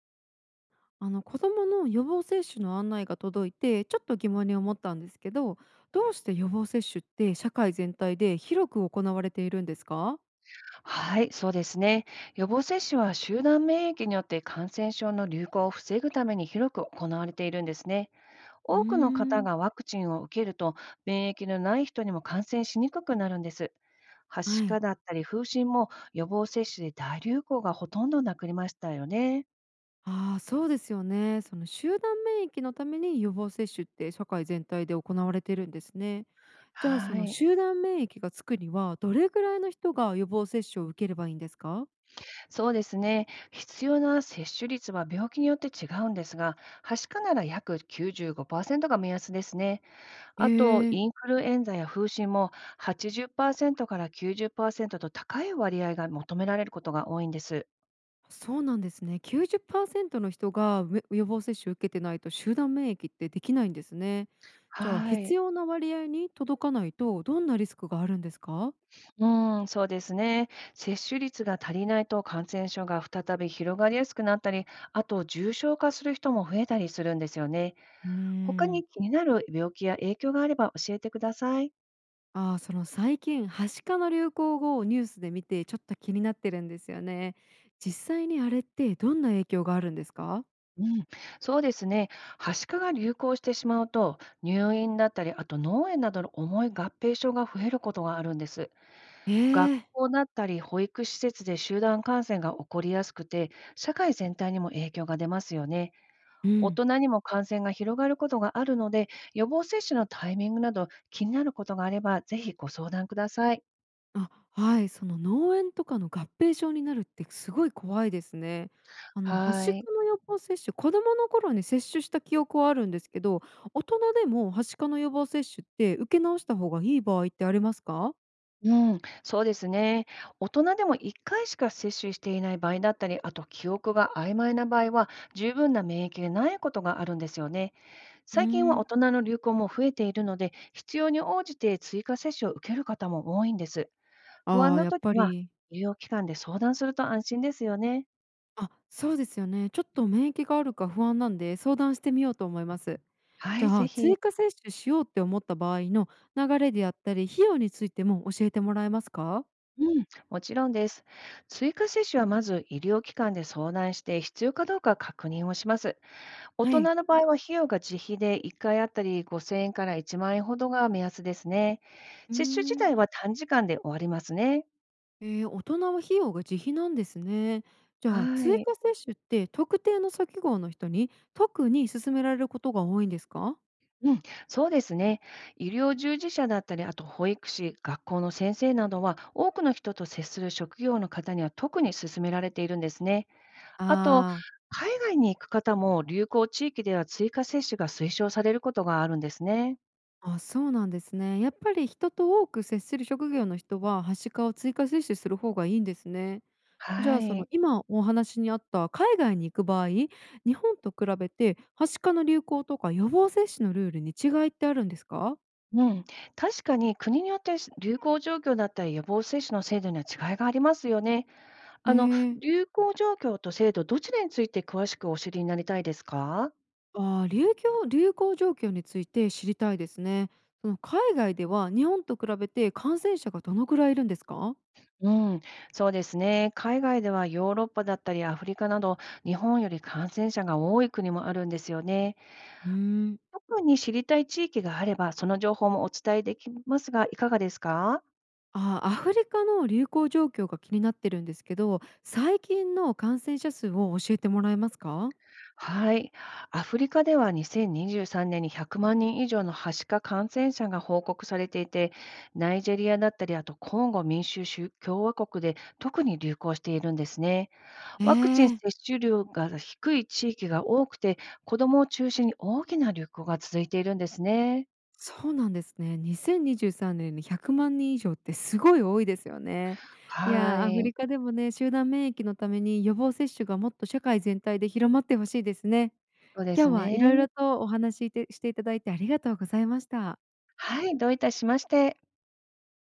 子どもの予防接種の案内が届いて、ちょっと疑問に思ったんですけど、どうして予防接種って社会全体で広く行われているんですか？はい、そうですね。予防接種は集団免疫によって感染症の流行を防ぐために広く行われているんですね。うー多くの方ん。がワクチンを受けると、免疫のない人にも感染しにくくなるんです。はしはかい。だったり風疹も予防接種で大流行がほとんどなくなりましたよね。ああ、そうですよね。その集団免疫のために予防接種って社会全体で行われているんですね。じゃあ、そはのい、集団免疫がつくにはどれぐらいの人が予防接種を受ければいいんですか？そうですね。必要な接種率は病気によって違うんですが、はしかなら約95%が目安ですね。へあと、え、インフルエンザや風疹も80%から90%と高い割合が求められることが多いんです。そうなんですね。90%の人が予防接種を受けてないと集団免疫ってできないんですね。じゃあ、は必い。要な割合に届かないとどんなリスクがあるんですか？うん、そうですね。接種率が足りないと感染症が再び広がりやすくなったり、あと重症化する人も増えたりするんですよね。うー他ん。に気になる病気や影響があれば教えてください。ああー、その最近ハシカの流行語をニュースで見て、ちょっと気になってるんですよね。実際にあれってどんな影響があるんですか？うん、そうですね。はしかが流行してしまうと、入院だったり、あと脳炎などの重い合併症が増えることがあるんです。え学え。校だったり保育施設で集団感染が起こりやすくて、社会全体にも影響が出ますよね。う大ん。人にも感染が広がることがあるので、予防接種のタイミングなど気になることがあれば、ぜひご相談ください。あ、はい、その脳炎とかの合併症になるってすごい怖いですね。ハはシい。カの予防接種、子供の頃に接種した記憶はあるんですけど、大人でもハシカの予防接種って受け直した方がいい場合ってありますか？うん、そうですね。大人でも1回しか接種していない場合だったり、あと記憶が曖昧な場合は、十分な免疫がないことがあるんですよね。うー最近はん、大人の流行も増えているので、必要に応じて追加接種を受ける方も多いんです。不安ああ、なやっ時ぱは、り。医療機関で相談すると安心ですよね。あ、そうですよね。ちょっと免疫があるか不安なんで、相談してみようと思います。はじい、ゃぜあ、ひ。追加接種しようって思った場合の流れであったり、費用についても教えてもらえますか？うん、もちろんです。追加接種はまず医療機関で相談して必要かどうか確認をします。大はい。人の場合は費用が自費で1回あたり5000円から1万円ほどが目安ですね。うー接種自ん。体は短時間で終わりますね。大人は費用が自費なんですね。じゃあ、は追い。加接種って特定の先号の人に特に勧められることが多いんですか？うん、そうですね。医療従事者だったり、あと保育士、学校の先生などは、多くの人と接する職業の方には特に勧められているんですね。あと、あ海外に行く方も流行地域では追加接種が推奨されることがあるんですね。あ、あ、そうなんですね。やっぱり人と多く接する職業の人は、はしかを追加接種する方がいいんですね。じゃはあ、そのい。今お話にあった海外に行く場合、日本と比べてはしかの流行とか予防接種のルールに違いってあるんですか？うん。確かに国によって流行状況だったり予防接種の制度には違いがありますよね。へあの、え。流行状況と制度、どちらについて詳しくお知りになりたいですか？ああ、流行状況について知りたいですね。その海外では日本と比べて感染者がどのくらいいるんですか？うん、そうですね。海外ではヨーロッパだったりアフリカなど、日本より感染者が多い国もあるんですよね。うーん。特に知りたい地域があれば、その情報もお伝えできますが、いかがですか？ああ、アフリカの流行状況が気になってるんですけど、最近の感染者数を教えてもらえますか？はい。アフリカでは2023年に100万人以上のハシカ感染者が報告されていて、ナイジェリアだったり、あとコンゴ民主主共和国で特に流行しているんですね。えワクチン接ー、種量が低い地域が多くて、子どもを中心に大きな流行が続いているんですね。そうなんですね。2023年に100万人以上ってすごい多いですよね。いはやー、アフい、リカでもね、集団免疫のために予防接種がもっと社会全体で広まってほしいですね。そうです今日は色ね。々とお話ししていただいてありがとうございました。はい、どういたしまして。